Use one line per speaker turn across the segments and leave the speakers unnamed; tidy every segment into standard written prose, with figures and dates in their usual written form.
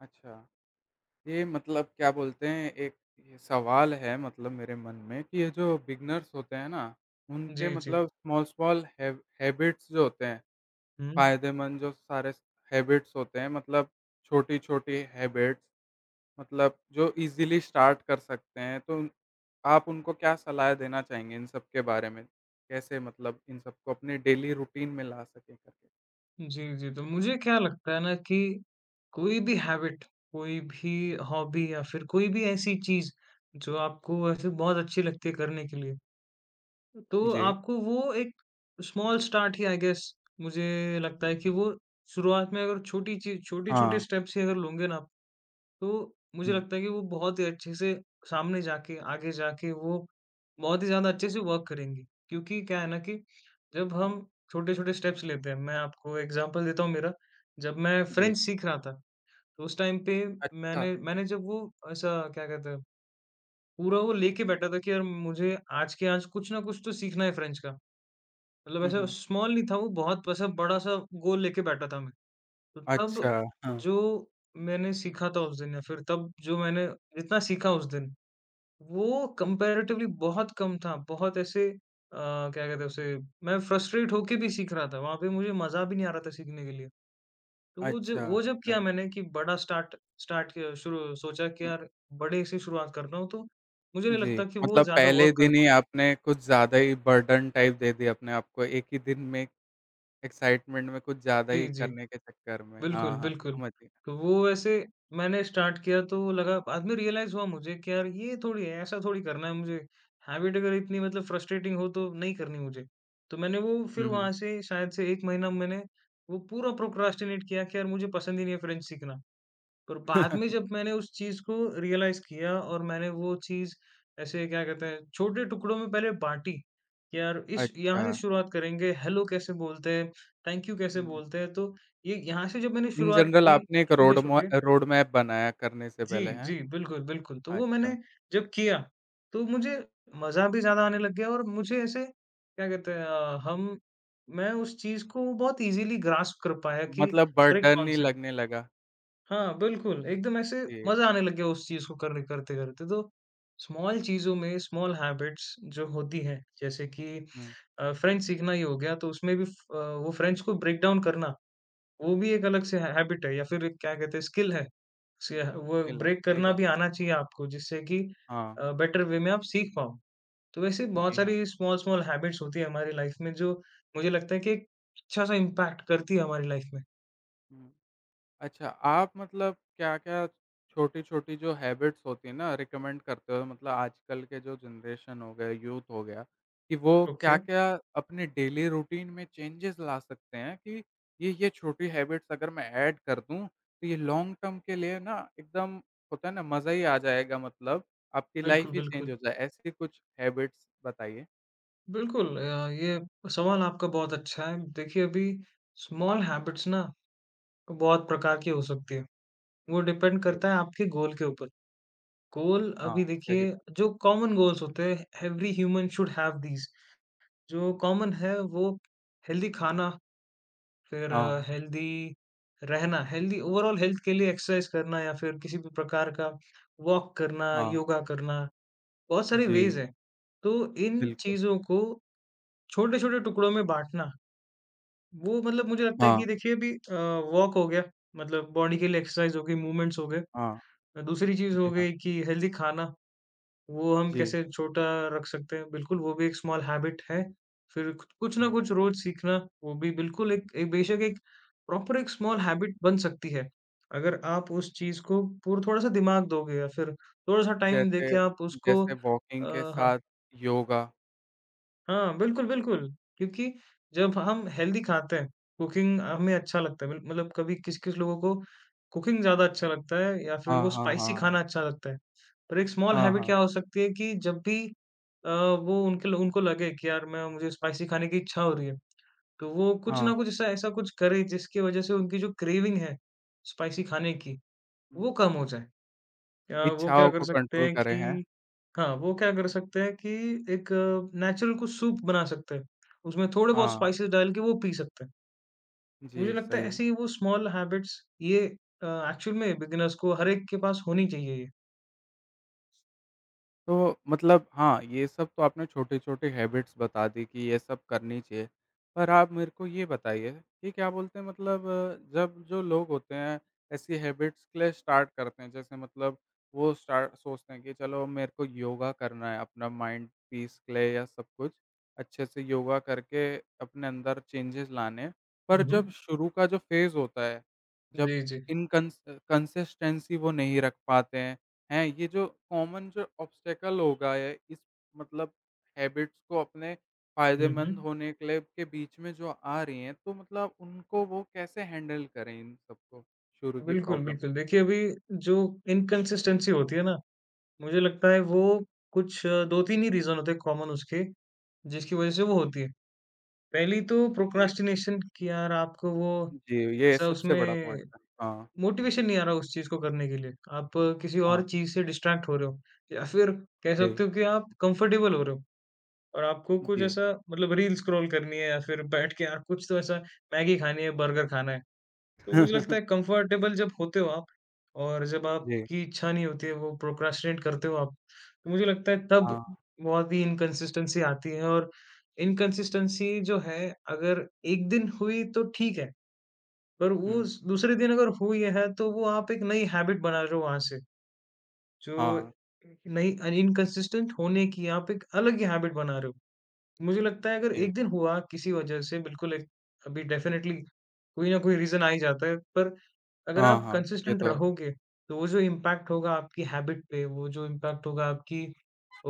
अच्छा, ये मतलब क्या बोलते हैं एक ये सवाल है मतलब मेरे मन में कि ये जो बिगिनर्स होते हैं ना, उनके
जी, जी।
मतलब स्मॉल-स्मॉल हैबिट्स जो होते हैं,
हुँ।
फ़ायदेमंद जो सारे हैबिट्स होते हैं मतलब छोटी-छोटी हैबिट्स मतलब जो ईज़िली स्टार्ट कर सकते हैं, तो आप उनको क्या सलाह देना चाहेंगे इन सब के बारे में? कैसे मतलब इन सबको अपने डेली रूटीन में ला सकें करके?
जी, जी। तो मुझे क्या लगता है ना कि कोई भी हैबिट, कोई भी हॉबी या फिर कोई भी ऐसी चीज़ जो आपको ऐसे बहुत अच्छी लगती है करने के लिए, तो
जी,
आपको वो एक स्मॉल स्टार्ट ही आई गेस मुझे लगता है कि वो शुरुआत में अगर छोटी चीज़ छोटे-छोटे
हाँ,
स्टेप्स ही अगर लोगे ना तो मुझे
हुँ,
लगता है कि वो बहुत ही अच्छे से सामने जाके, आगे जाके वो बहुत ही ज़्यादा अच्छे से वर्क करेंगी। क्योंकि क्या है ना कि जब हम छोटे-छोटे स्टेप्स लेते हैं, मैं आपको एग्ज़ाम्पल देता हूँ मेरा, जब मैं
जी,
फ्रेंच सीख रहा था, तो उस टाइम पे
अच्छा,
मैंने मैंने जब वो ऐसा क्या कहते हैं, पूरा वो लेके बैठा था कि यार मुझे आज के आज कुछ ना कुछ तो सीखना है फ्रेंच का। मतलब
हुँ,
ऐसा
हुँ,
स्मॉल नहीं था वो, बहुत ऐसा बड़ा-सा गोल लेके बैठा था मैं। तो तब
अच्छा, हाँ।
जो मैंने सीखा था उस दिन या फिर तब जो मैंने जितना सीखा उस दिन, वो कंपैरेटिवली बहुत कम था। बहुत ऐसे क्या कहते हैं उसे, मैं फ्रस्ट्रेट होके भी सीख रहा था। वहाँ पे मुझे मज़ा भी नहीं आ रहा था सीखने के लिए। तो वो जब
अच्छा,
वो जब
अच्छा।
किया मैंने कि बड़ा स्टार्ट स्टार्ट किया, शुरू सोचा कि
हुँ।
यार बड़े से शुरुआत कर रहा हूँ तो मुझे नहीं
जी,
लगता कि वो
मतलब
ज़्यादा
पहले
वर्क
दिन ही
करता है।
आपने कुछ ज़्यादा ही बर्डन टाइप दे दिया अपने आप को, एक ही दिन में एक्साइटमेंट में कुछ ज़्यादा
जी,
ही
जी।
करने के चक्कर में।
बिल्कुल,
हाँ, हाँ,
बिल्कुल।
समझ गया।
तो वो वैसे मैंने स्टार्ट किया तो लगा बाद में, रियलाइज़ हुआ मुझे कि यार ये थोड़ी है, ऐसा थोड़ी करना है मुझे। हैबिट अगर इतनी मतलब फ्रस्ट्रेटिंग हो तो नहीं करनी मुझे। तो मैंने वो फिर
हुँ, हुँ।
वहाँ से शायद से 1 महीना मैंने वो पूरा प्रोक्रास्टिनेट किया कि यार मुझे पसंद ही नहीं है फ्रेंच सीखना। पर बाद में जब मैंने उस चीज़ को रियलाइज़ किया और मैंने वो चीज़ ऐसे क्या कहते हैं छोटे टुकड़ों में पहले बाँटी, कि यार इस यहाँ
अच्छा।
से शुरुआत करेंगे, हेलो कैसे बोलते हैं, थैंक यू कैसे
हुँ,
बोलते हैं, तो ये यहाँ से जब मैंने
इन
शुरुआत
जनरल
की
आपने एक रोड मा
छोटे-छोटे।
रोड मैप बनाया करने से
जी,
पहले,
जी,
हैं?
बिल्कुल, बिल्कुल। तो वो मैंने
अच्छा,
जब किया, तो मुझे मज़ा भी ज़्यादा आने लग गया और मुझे ऐसे क्या कहते हैं अ, हम मैं उस चीज़ को बहुत ईज़िली ग्रास्प कर पाया कि
मतलब
हर एक
बर्डन ही
कॉन्सेप्ट।
लगने लगा।
हाँ, बिल्कुल, एकदम ऐसे
जी,
मज़ा आने लग गया उस चीज़ को करने करते-करते। तो स्मॉल चीज़ों में स्मॉल हैबिट्स जो होती हैं, जैसे कि
हुँ,
फ़्रेंच सीखना ही हो गया, तो उसमें भी वो फ़्रेंच को ब्रेक डाउन करना, वो भी एक अलग से है हैबिट है या फिर एक क्या कहते हैं स्किल है। से वो ब्रेक
सही
करना
बात
भी
है।
आना चाहिए आपको जिससे कि
हाँ,
बेटर वे में आप सीख पाओ। तो वैसे बहुत
जी हाँ।
सारी स्मॉल-स्मॉल हैबिट्स होती है हमारी लाइफ़ में जो मुझे लगता है कि एक अच्छा-सा इम्पैक्ट करती है हमारी लाइफ़ में।
हुँ। अच्छा, आप मतलब क्या-क्या छोटी-छोटी जो हैबिट्स होती है ना रिकमेंड करते हो? मतलब आजकल के जो जनरेशन हो गए, यूथ हो गया, कि वो
ओके,
क्या-क्या अपने डेली रूटीन में चेंजेस ला सकते हैं कि ये छोटी हैबिट्स अगर मैं ऐड कर दूँ, तो ये लॉन्ग टर्म के लिए ना एकदम होता है ना मज़ा ही आ जाएगा मतलब आपकी लाइफ
बिल्कुल,
ही चेंज
बिल्कुल।
हो जाए, ऐसी कुछ हैबिट्स बताइए?
बिल्कुल ये सवाल आपका बहुत अच्छा है। देखिए, अभी स्मॉल हैबिट्स ना बहुत प्रकार की हो सकती है। वो डिपेंड
जी,
करता है आपके गोल के ऊपर। गोल,
हाँ,
अभी
सही
देखिए
बात।
जो कॉमन गोल्स होते हैं, every human should have these. जो कॉमन है वो हेल्दी खाना, फिर
हाँ,
हेल्दी रहना, हेल्दी, ओवरऑल हेल्थ के लिए एक्सरसाइज करना या फिर किसी भी प्रकार का वॉक करना,
हाँ,
योगा करना, बहुत सारे वेज़
जी,
हैं। तो इन
बिल्कुल।
चीज़ों को छोटे-छोटे टुकड़ों में बाँटना वो मतलब मुझे लगता है कि
हाँ,
देखिए अभी वॉक हो गया मतलब बॉडी के लिए एक्सरसाइज हो गई, मूवमेंट्स हो गए।
हाँ,
दूसरी चीज़ हो
जी हाँ,
गई कि हेल्दी खाना, वो हम
जी,
कैसे छोटा रख सकते हैं, बिल्कुल वो भी एक स्मॉल हैबिट है। फिर कुछ कुछ ना
हुँ।
कुछ रोज़ सीखना, वो भी बिल्कुल एक एक बेशक एक प्रॉपर एक स्मॉल हैबिट बन सकती है। अगर आप उस चीज़ को पूर थोड़ा-सा दिमाग दोगे या फिर थोड़ा-सा टाइम
जैसे
देके आप उसको
जैसे वॉकिंग के
अ, हाँ।
साथ योगा।
हाँ, बिल्कुल, बिल्कुल। क्योंकि जब हम हेल्दी खाते हैं, कुकिंग हमें अच्छा लगता है। बिल मतलब कभी किस-किस लोगों को कुकिंग ज़्यादा अच्छा लगता है या फिर
हाँ,
वो
हाँ, हाँ,
स्पाइसी
हाँ।
खाना अच्छा लगता है। पर एक स्मॉल
हाँ,
हैबिट
हाँ,
क्या हो सकती है कि जब भी अ, वो उनके ल उनको लगे कि यार मैं मुझे स्पाइसी खाने की इच्छा हो रही है, तो वो कुछ ना
हाँ।
कुछ ऐसा ऐसा कुछ करें जिसकी वज़ह से उनकी जो क्रेविंग है स्पाइसी खाने की, वो कम हो जाए। क्या वो क्या
इच्छाओं
कर
को
सकते
कंट्रोल
हैं
करें हैं।
कि हाँ, वो क्या कर सकते हैं कि एक नेचुरल कुछ सूप बना सकते हैं। उसमें थोड़े बहुत
हाँ,
स्पाइसेस डाल के वो पी सकते हैं।
जी
मुझे लगता है
सही।
ऐसे ही वो स्मॉल हैबिट्स ये अ, एक्चुअल में बिगिनर्स को हर एक के पास होनी चाहिए ये।
तो मतलब हाँ, ये सब तो आपने छोटे-छोटे हैबिट्स बता दी कि ये सब करनी चाहिए। पर आप मेरे को ये बताइए कि क्या बोलते हैं मतलब जब जो लोग होते हैं ऐसी हैबिट्स के लिए स्टार्ट करते हैं, जैसे मतलब वो स्टार्ट सोचते हैं कि चलो मेरे को योगा करना है अपना माइंड पीस के लिए या सब कुछ, अच्छे से योगा करके अपने अंदर चेंजेस लाने हैं।
हुँ,
पर जब
हुँ।
शुरू का जो फ़ेज़ होता है, जब
जी, जी।
इनकंस कंसिस्टेंसी वो नहीं रख पाते हैं, ये जो कॉमन जो ऑब्स्टेकल होगा ये इस मतलब हैबिट्स को अपने
हुँ,
फ़ायदेमंद
हुँ।
होने के लिए के बीच में जो आ रही हैं, तो मतलब उनको वो कैसे हैंडल करें इन सबको, शुरू की
बिल्कुल,
प्रॉब्लम्स
बिल्कुल।
को?
देखिए अभी जो इनकंसिस्टेंसी होती है ना, मुझे लगता है वो कुछ 2-3 ही रीज़न होते हैं कॉमन उसके, जिसकी वज़ह से वो होती है। पहली तो
जी,
प्रोक्रास्टिनेशन कि यार आपको वो
जी, ये
ऐसा
सबसे बड़ा
उसमें
पॉइंट है। हाँ,
मोटिवेशन नहीं आ रहा उस चीज़ को करने के लिए। आप किसी और
हाँ,
चीज़ से डिस्ट्रैक्ट हो रहे हो या फिर कह
जी,
सकते हो कि आप कंफर्टेबल हो रहे हो और आपको कुछ
जी।
ऐसा मतलब रील स्क्रॉल करनी है या फिर बैठ के यार कुछ तो ऐसा मैगी खानी है, बर्गर खाना है। तो मुझे लगता है कंफर्टेबल जब होते हो आप और जब
जी,
आपकी इच्छा नहीं होती है, वो प्रोक्रेस्टिनेट करते हो आप, तो मुझे लगता है तब
हाँ,
बहुत ही इनकंसिस्टेंसी आती है और इनकंसिस्टेंसी जो है अगर 1 दिन हुई तो ठीक है। पर वो
हुँ,
उस दूसरे दिन अगर हुई है, तो वो आप एक नई हैबिट बना रहे हो वहाँ से, जो
हाँ,
नई अन इनकंसिस्टेंट होने की आप एक अलग ही हैबिट बना रहे हो। मुझे लगता है अगर
जी।
एक दिन हुआ किसी वजह से बिल्कुल, एक अभी डेफ़िनेटली कोई ना कोई रीज़न आ ही जाता है, पर अगर
हाँ,
आप
हाँ, ये
कंसिस्टेंट
तो है।
रहोगे, तो वो जो इम्पैक्ट होगा आपकी हैबिट पे, वो जो इम्पैक्ट होगा आपकी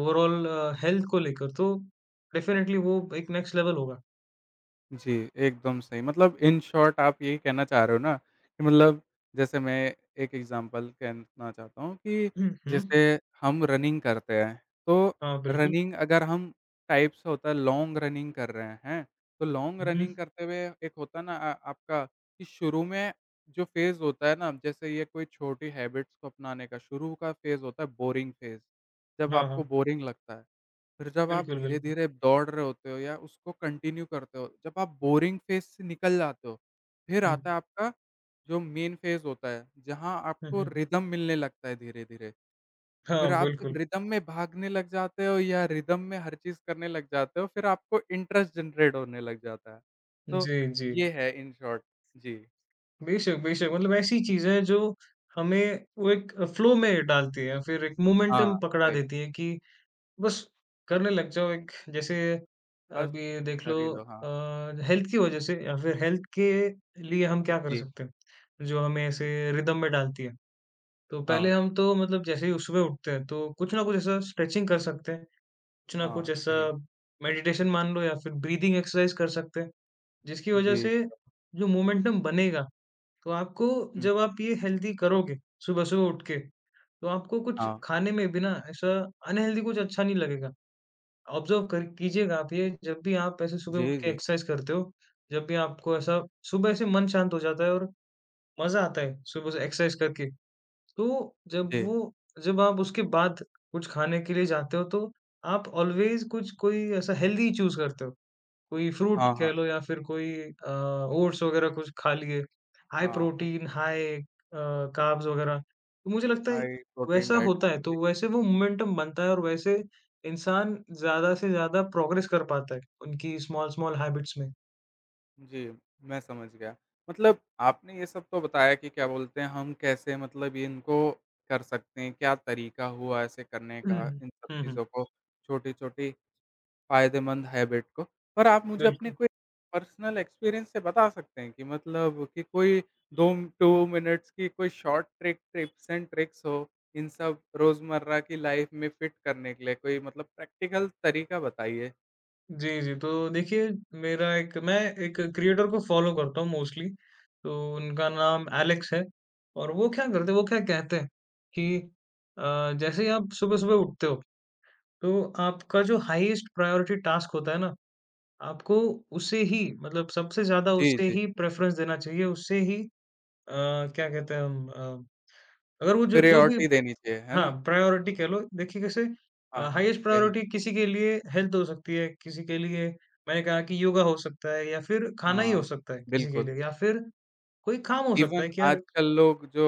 ओवरऑल हेल्थ को लेकर, तो डेफ़िनेटली वो एक नेक्स्ट लेवल होगा।
जी, एकदम सही। मतलब इन शॉर्ट आप यही कहना चाह रहे हो ना कि मतलब जैसे मैं एक एग्ज़ाम्पल कहना चाहता हूँ कि
हुँ, हुँ।
जैसे हम रनिंग करते हैं, तो
हाँ, बिल्कुल।
रनिंग अगर हम टाइप से होता है लॉन्ग रनिंग कर रहे हैं, हैं? तो लॉन्ग
हुँ।
रनिंग करते हुए एक होता है ना आपका कि शुरू में जो फ़ेज़ होता है ना जैसे ये कोई छोटी हैबिट्स को अपनाने का शुरू का फ़ेज़ होता है बोरिंग फ़ेज़, जब
हाँ,
आपको
हाँ।
बोरिंग लगता है। फिर जब आप
बिल्कुल, बिल्कुल।
धीरे-धीरे दौड़ रहे होते हो या उसको कंटिन्यू करते हो, जब आप बोरिंग फ़ेज़ से निकल जाते हो, फिर
हुँ।
आता है आपका जो मेन फ़ेज़ होता है, जहाँ
हुँ,
आपको
हुँ।
रिदम मिलने लगता है धीरे-धीरे।
हाँ,
फिर आप जब
बिल्कुल।
रिदम में भागने लग जाते हो या रिदम में हर चीज़ करने लग जाते हो, फिर आपको इंटरेस्ट जनरेट होने लग जाता है। तो
जी, जी।
ये है इन शॉर्ट। जी,
बेशक, बेशक, मतलब ऐसी चीज़ें हैं जो हमें वो एक फ्लो में डालती हैं, फिर एक
हाँ,
मोमेंटम पकड़ा
सही।
देती है कि बस करने लग जाओ। एक जैसे
बस
अभी देख लो,
कर ही लो, हाँ।
अ, हेल्थ की वज़ह से या फिर हेल्थ के लिए हम क्या कर
जी,
सकते हैं, जो हमें ऐसे रिदम में डालती है। तो पहले
हाँ,
हम तो मतलब जैसे ही सुबह उठते हैं तो कुछ ना कुछ ऐसा स्ट्रेचिंग कर सकते हैं, कुछ ना कुछ
हाँ,
ऐसा
सही।
मेडिटेशन मान लो या फिर ब्रीथिंग एक्सरसाइज़ कर सकते हैं। जिसकी वजह
जी,
से
श्योर।
जो मोमेंटम बनेगा, तो आपको
हुँ,
जब आप ये हेल्दी करोगे, सुबह-सुबह उठ के, तो आपको कुछ
हाँ।
खाने में भी ना ऐसा अनहेल्दी कुछ अच्छा नहीं लगेगा। ऑब्ज़र्व कर कीजिएगा आप ये, जब भी आप ऐसे सुबह उठ
जी,
के
जी,
एक्सरसाइज़ करते हो, जब भी आपको ऐसा सुबह से मन शांत हो जाता है और मज़ा आता है सुबह से एक्सरसाइज़ करके। तो जब
जी।
वो जब आप उसके बाद कुछ खाने के लिए जाते हो, तो आप ऑलवेज़ कुछ कोई ऐसा हेल्दी चूज़ करते हो। कोई फ्रूट
हाँ, हाँ।
कह लो या फिर कोई ओट्स वगैरह कुछ खा लिए, हाई
हाँ, हाँ।
प्रोटीन, कार्ब्स वगैरह। तो मुझे लगता है
हाई प्रोटीन
वैसा
डाइट
होता
हाँ,
है, तो
जी।
वैसे वो मोमेंटम बनता है और वैसे इंसान ज़्यादा से ज़्यादा प्रोग्रेस कर पाता है, उनकी स्मॉल-स्मॉल हैबिट्स में।
जी, मैं समझ गया। मतलब आपने ये सब तो बताया कि क्या बोलते हैं हम कैसे मतलब ये इनको कर सकते हैं, क्या तरीका हुआ ऐसे करने
हुँ।
का इन सब
हुँ, हुँ।
चीज़ों को, छोटी-छोटी फ़ायदेमंद हैबिट को। पर आप मुझे अपने
बिल्कुल।
कोई पर्सनल एक्सपीरियंस से बता सकते हैं कि मतलब कि कोई 2 2 मिनट्स की कोई short trick tips and tricks हो, इन सब रोज़मर्रा की लाइफ़ में फिट करने के लिए कोई मतलब प्रैक्टिकल तरीका बताइए?
जी, जी। तो देखिए मेरा एक, मैं एक क्रिएटर को फ़ॉलो करता हूँ मोस्टली, तो उनका नाम एलेक्स है और वो क्या करते हैं, वो क्या कहते हैं कि जैसे ही आप सुबह-सुबह उठते हो तो आपका जो हाईएस्ट प्रायोरिटी टास्क होता है ना, आपको उसे ही मतलब सबसे ज़्यादा
जी,
उसे
जी।
ही प्रेफ़रेंस देना चाहिए, उसे ही अ, क्या कहते हैं अगर वो जो जो भी
प्रायोरिटी देनी चाहिए, है ना?
हाँ, प्रायोरिटी कह लो। देखिए कैसे
हाँ, हाँ,
हाईएस्ट
सही।
प्रायोरिटी किसी के लिए हेल्थ हो सकती है, किसी के लिए मैंने कहा कि योगा हो सकता है या फिर खाना ही हो
हाँ,
सकता है किसी के
बिल्कुल।
लिए या फिर कोई काम हो सकता
इवन
है कि यार
आजकल लोग जो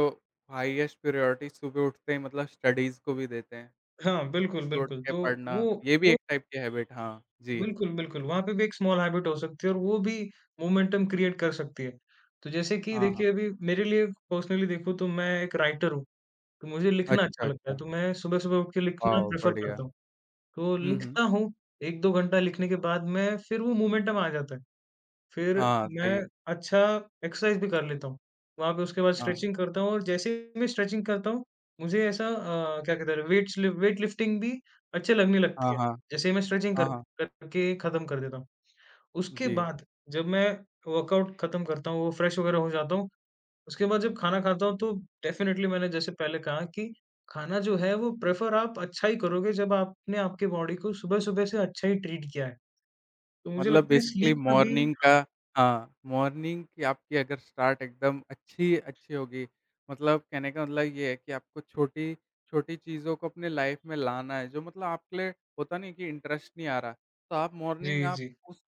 हाईएस्ट प्रायोरिटी सुबह उठते ही मतलब स्टडीज़ को भी देते हैं,
हाँ, बिल्कुल,
सुबह उठ
बिल्कुल।
के
तो
पढ़ना,
वो
ये भी
वो
एक टाइप की हैबिट हाँ, जी।
बिल्कुल, बिल्कुल, वहाँ पे भी एक स्मॉल हैबिट हो सकती है और वो भी मोमेंटम क्रिएट कर सकती है। तो जैसे कि
हाँ, हाँ।
देखिए अभी मेरे लिए पर्सनली देखो तो मैं एक राइटर हूँ, तो मुझे लिखना अच्छा
अच्छा,
लगता है,
अच्छा।
तो मैं सुबह-सुबह उठ के लिखना
वाओ!
प्रेफ़र
बढ़िया।
करता हूँ। तो
हुँ, हुँ।
लिखता हूँ, 1-2 घंटा लिखने के बाद मैं, फिर वो मोमेंटम आ जाता है, फिर
हाँ,
मैं
सही।
अच्छा एक्सरसाइज़ भी कर लेता हूँ। वहाँ पे उसके बाद
हाँ।
स्ट्रेचिंग करता हूँ और जैसे ही मैं स्ट्रेचिंग करता हूँ, मुझे ऐसा क्या कहते हैं वेट लिफ्टिंग भी अच्छे लगने लगती
हाँ,
है।
हाँ।
जैसे ही मैं स्ट्रेचिंग
हाँ,
कर
हाँ।
करके ख़त्म कर देता हूँ। उसके
जी।
बाद जब मैं वर्कआउट खत्म करता हूँ, वो फ्रेश वगैरह हो जाता हूँ, उसके बाद जब खाना खाता हूँ तो डेफ़िनेटली, मैंने जैसे पहले कहा कि खाना जो है वो प्रेफ़र आप अच्छा ही करोगे जब आपने आपके बॉडी को सुबह-सुबह से अच्छा ही ट्रीट किया है। तो मुझे
मतलब
लगता है
बेसिकली
स्लीप का भी
मॉर्निंग का
हाँ।
हाँ, मॉर्निंग की आपकी अगर स्टार्ट एकदम अच्छी अच्छी होगी, मतलब कहने का मतलब ये है कि आपको छोटी छोटी चीज़ों को अपने लाइफ में लाना है, जो मतलब आपके लिए होता नहीं है कि इंटरेस्ट नहीं आ रहा, तो आप मॉर्निंग
जी,
आप
जी।
उस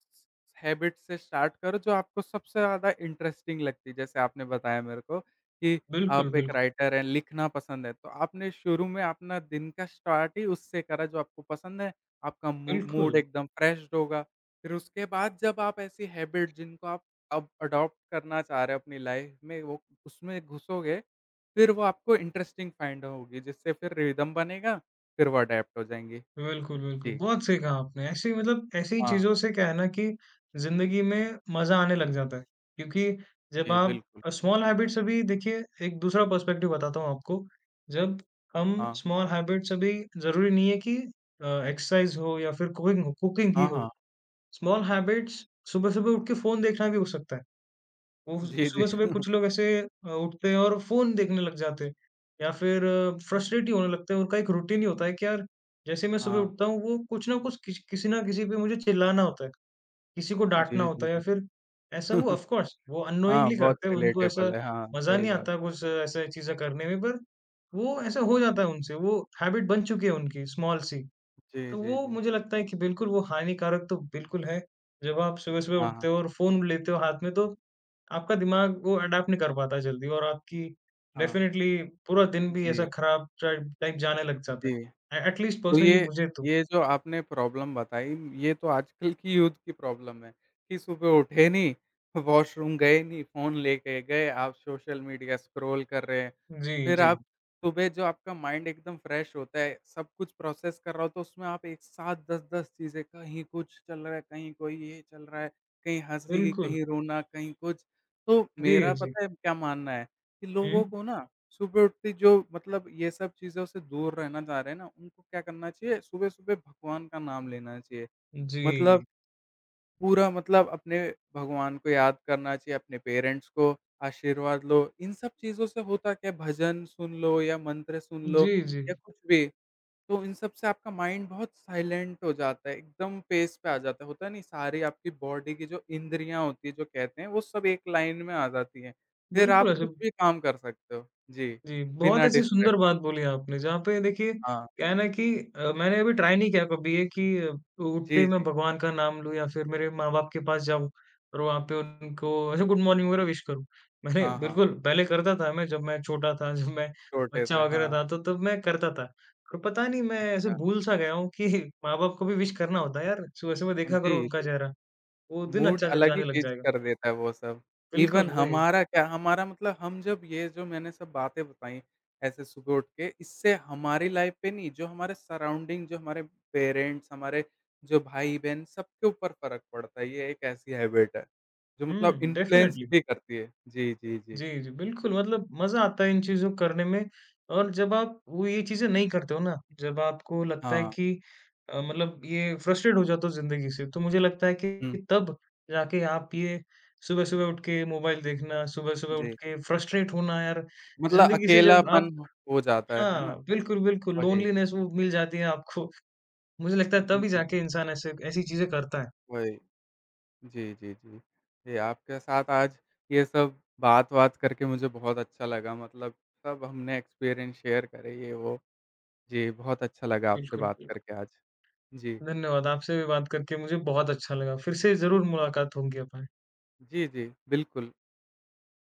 हैबिट से स्टार्ट करो जो आपको सबसे ज़्यादा इंटरेस्टिंग लगती है। जैसे आपने बताया मेरे को कि
बिल्कुल,
आप एक
बिल्कुल,
राइटर हैं, लिखना पसंद है, तो आपने शुरू में अपना दिन का स्टार्ट ही उससे करा जो आपको पसंद है, आपका मू
बिल्कुल।
मूड एकदम फ्रेश होगा। फिर उसके बाद जब आप ऐसी हैबिट जिनको आप अब अडॉप्ट करना चाह रहे हो अपनी लाइफ में वो उसमें घुसोगे, फिर वो आपको इंटरेस्टिंग फाइंड होगी जिससे फिर रिदम बनेगा, फिर वो अडैप्ट हो जाएँगी।
बिल्कुल, बिल्कुल।
जी,
बहुत सही कहा आपने। ऐसे ही मतलब ऐसी ही
हाँ,
चीज़ों से क्या है ना कि ज़िंदगी में मज़ा आने लग जाता है। क्योंकि जब
जी
आप
बिल्कुल।
स्मॉल हैबिट से भी देखिए एक दूसरा पर्सपेक्टिव बताता हूँ आपको। जब हम
हाँ,
स्मॉल हैबिट से भी ज़रूरी नहीं है कि एक्सरसाइज़ हो या फिर कुकिंग ही
हाँ,
हो।
हाँ।
स्मॉल हैबिट्स सुबह-सुबह उठ के फ़ोन देखना भी हो सकता है। वो
जी, जी।
सुबह-सुबह कुछ लोग ऐसे उठते हैं और फ़ोन देखने लग जाते हैं या फिर फ्रस्ट्रेट ही होने लगते हैं। उनका एक रूटीन ही होता है कि यार जैसे मैं सुबह
हाँ,
उठता हूँ वो कुछ ना कुछ किसी ना किसी पे मुझे चिल्लाना होता है, किसी को डाँटना
जी,
होता
जी,
है या
जी।
फिर ऐसा वो ऑफ़ कोर्स वो
हाँ,
अननोइंगली
बहुत
करते हैं। उनको ऐसा
रिलेटेबल है। हाँ,
मज़ा
सही
नहीं
बात।
आता कुछ ऐसा चीज़ें करने में, पर वो ऐसा हो जाता है उनसे, वो हैबिट बन चुकी है उनकी स्मॉल सी।
जी,
तो
जी,
वो
जी।
मुझे लगता है कि बिल्कुल वो हानिकारक तो बिल्कुल है। जब आप सुबह-सुबह
हाँ, हाँ।
उठते हो और फ़ोन लेते हो हाथ में तो आपका दिमाग वो अडॉप्ट नहीं कर पाता जल्दी और आपकी
हाँ।
डेफ़िनेटली पूरा दिन भी ऐसा
जी,
खराब टाइप टाइप जाने लग जाता है।
जी।
ए एट लीस्ट
तो
पर्सनली
ये
मुझे तो।
ये जो आपने प्रॉब्लम बताई, ये तो आजकल की यूथ की प्रॉब्लम है कि सुबह उठे नहीं, वॉशरूम गए नहीं, फ़ोन लेके गए, आप सोशल मीडिया स्क्रॉल कर रहे हैं।
जी,
फिर
जी।
आप सुबह जो आपका माइंड एकदम फ्रेश होता है, सब कुछ प्रोसेस कर रहा हो, तो उसमें आप एक साथ 10-10 चीज़ें कहीं कुछ चल रहा है, कहीं कोई ये चल रहा है, कहीं हँसी,
बिल्कुल।
कहीं रोना, कहीं कुछ। तो
जी,
मेरा
जी।
पता है क्या मानना है कि लोगों
हुँ।
को ना सुबह उठते ही जो मतलब ये सब चीज़ों से दूर रहना चाह रहे हैं ना, उनको क्या करना चाहिए सुबह-सुबह भगवान का नाम लेना चाहिए।
जी,
मतलब
जी।
पूरा मतलब अपने भगवान को याद करना चाहिए, अपने पेरेंट्स को आशीर्वाद लो। इन सब चीज़ों से होता क्या है भजन सुन लो या मंत्र सुन लो
जी, जी।
या कुछ भी, तो इन सब से आपका माइंड बहुत साइलेंट हो जाता है, एकदम पेस पे आ जाता है। होता नहीं सारी आपकी बॉडी की जो इंद्रियाँ होती हैं जो कहते हैं वो सब एक लाइन में आ जाती हैं। फिर
बिल्कुल
आप
ऐसे
कुछ भी काम कर सकते हो। जी,
जी, बहुत
बिना
ऐसी सुंदर
डिस्ट्रैक्शन।
बात बोली आपने, जहाँ पे देखिए
हाँ,
क्या है ना कि मैंने अभी ट्राई नहीं किया कभी ये कि उठते ही
जी,
मैं
जी।
भगवान का नाम लूँ या फिर मेरे माँ-बाप के पास जाऊँ और वहाँ पे उनको ऐसे गुड मॉर्निंग वगैरह विश करूँ। मैंने
हाँ, हाँ,
बिल्कुल पहले करता था मैं, जब मैं छोटा था, जब मैं
छोटे
बच्चा
थे।
वगैरह
हाँ,
था तो तब मैं करता था। और पता नहीं मैं ऐसे
अच्छा।
भूल सा गया हूँ कि माँ-बाप को भी विश करना होता है यार, सुबह-सुबह देखा करो
जी,
उनका
जी।
चेहरा, वो दिन
मूड
अच्छा ज
अलग ही
जाने लग
चेंज
जाएगा।
कर देता है वो सब। इवन
बिल्कुल, वही।
हमारा क्या हमारा मतलब हम जब ये जो मैंने सब बातें बताई, ऐसे सुबह उठ के इससे हमारी लाइफ़ पे नहीं जो हमारे सराउंडिंग जो हमारे पेरेंट्स, हमारे जो भाई-बहन सबके ऊपर फ़र्क पड़ता है। ये एक ऐसी हैबिट है, जो मतलब
हुँ,
इन्फ्लुएंस
डेफ़िनेटली।
भी करती है। जी, जी, जी।
जी, जी, बिल्कुल मतलब मज़ा आता है इन चीज़ों को करने में और जब आप वो ये चीज़ें नहीं करते हो ना, जब आपको लगता है
हाँ।
कि मतलब ये फ्रस्ट्रेट हो जाते हो ज़िंदगी से, तो मुझे लगता है
हुँ,
कि तब जाके आप ये सुबह-सुबह उठ के मोबाइल देखना, सुबह-सुबह उठ
जी।
के फ्रस्ट्रेट होना यार,
मतलब
ज़िंदगी से जब
अकेलापन
आप
हो जाता है ना?
हाँ, बिल्कुल, बिल्कुल
वही।
लोनलीनेस वो मिल जाती है आपको, मुझे लगता है
हुँ,
तभी
हुँ।
जाके इंसान ऐसे ऐसी चीज़ें करता है।
वही। जी, जी, जी। जी, आपके साथ आज ये सब बात-वात करके मुझे बहुत अच्छा लगा मतलब सब हमने एक्सपीरियंस शेयर करे ये वो। जी, बहुत अच्छा लगा आपसे
बिल्कुल,
बात
बिल्कुल।
करके आज। जी।
धन्यवाद, आपसे भी बात करके मुझे बहुत अच्छा लगा, फिर से ज़रूर मुलाकात होंगी अपन
जी, जी, बिल्कुल।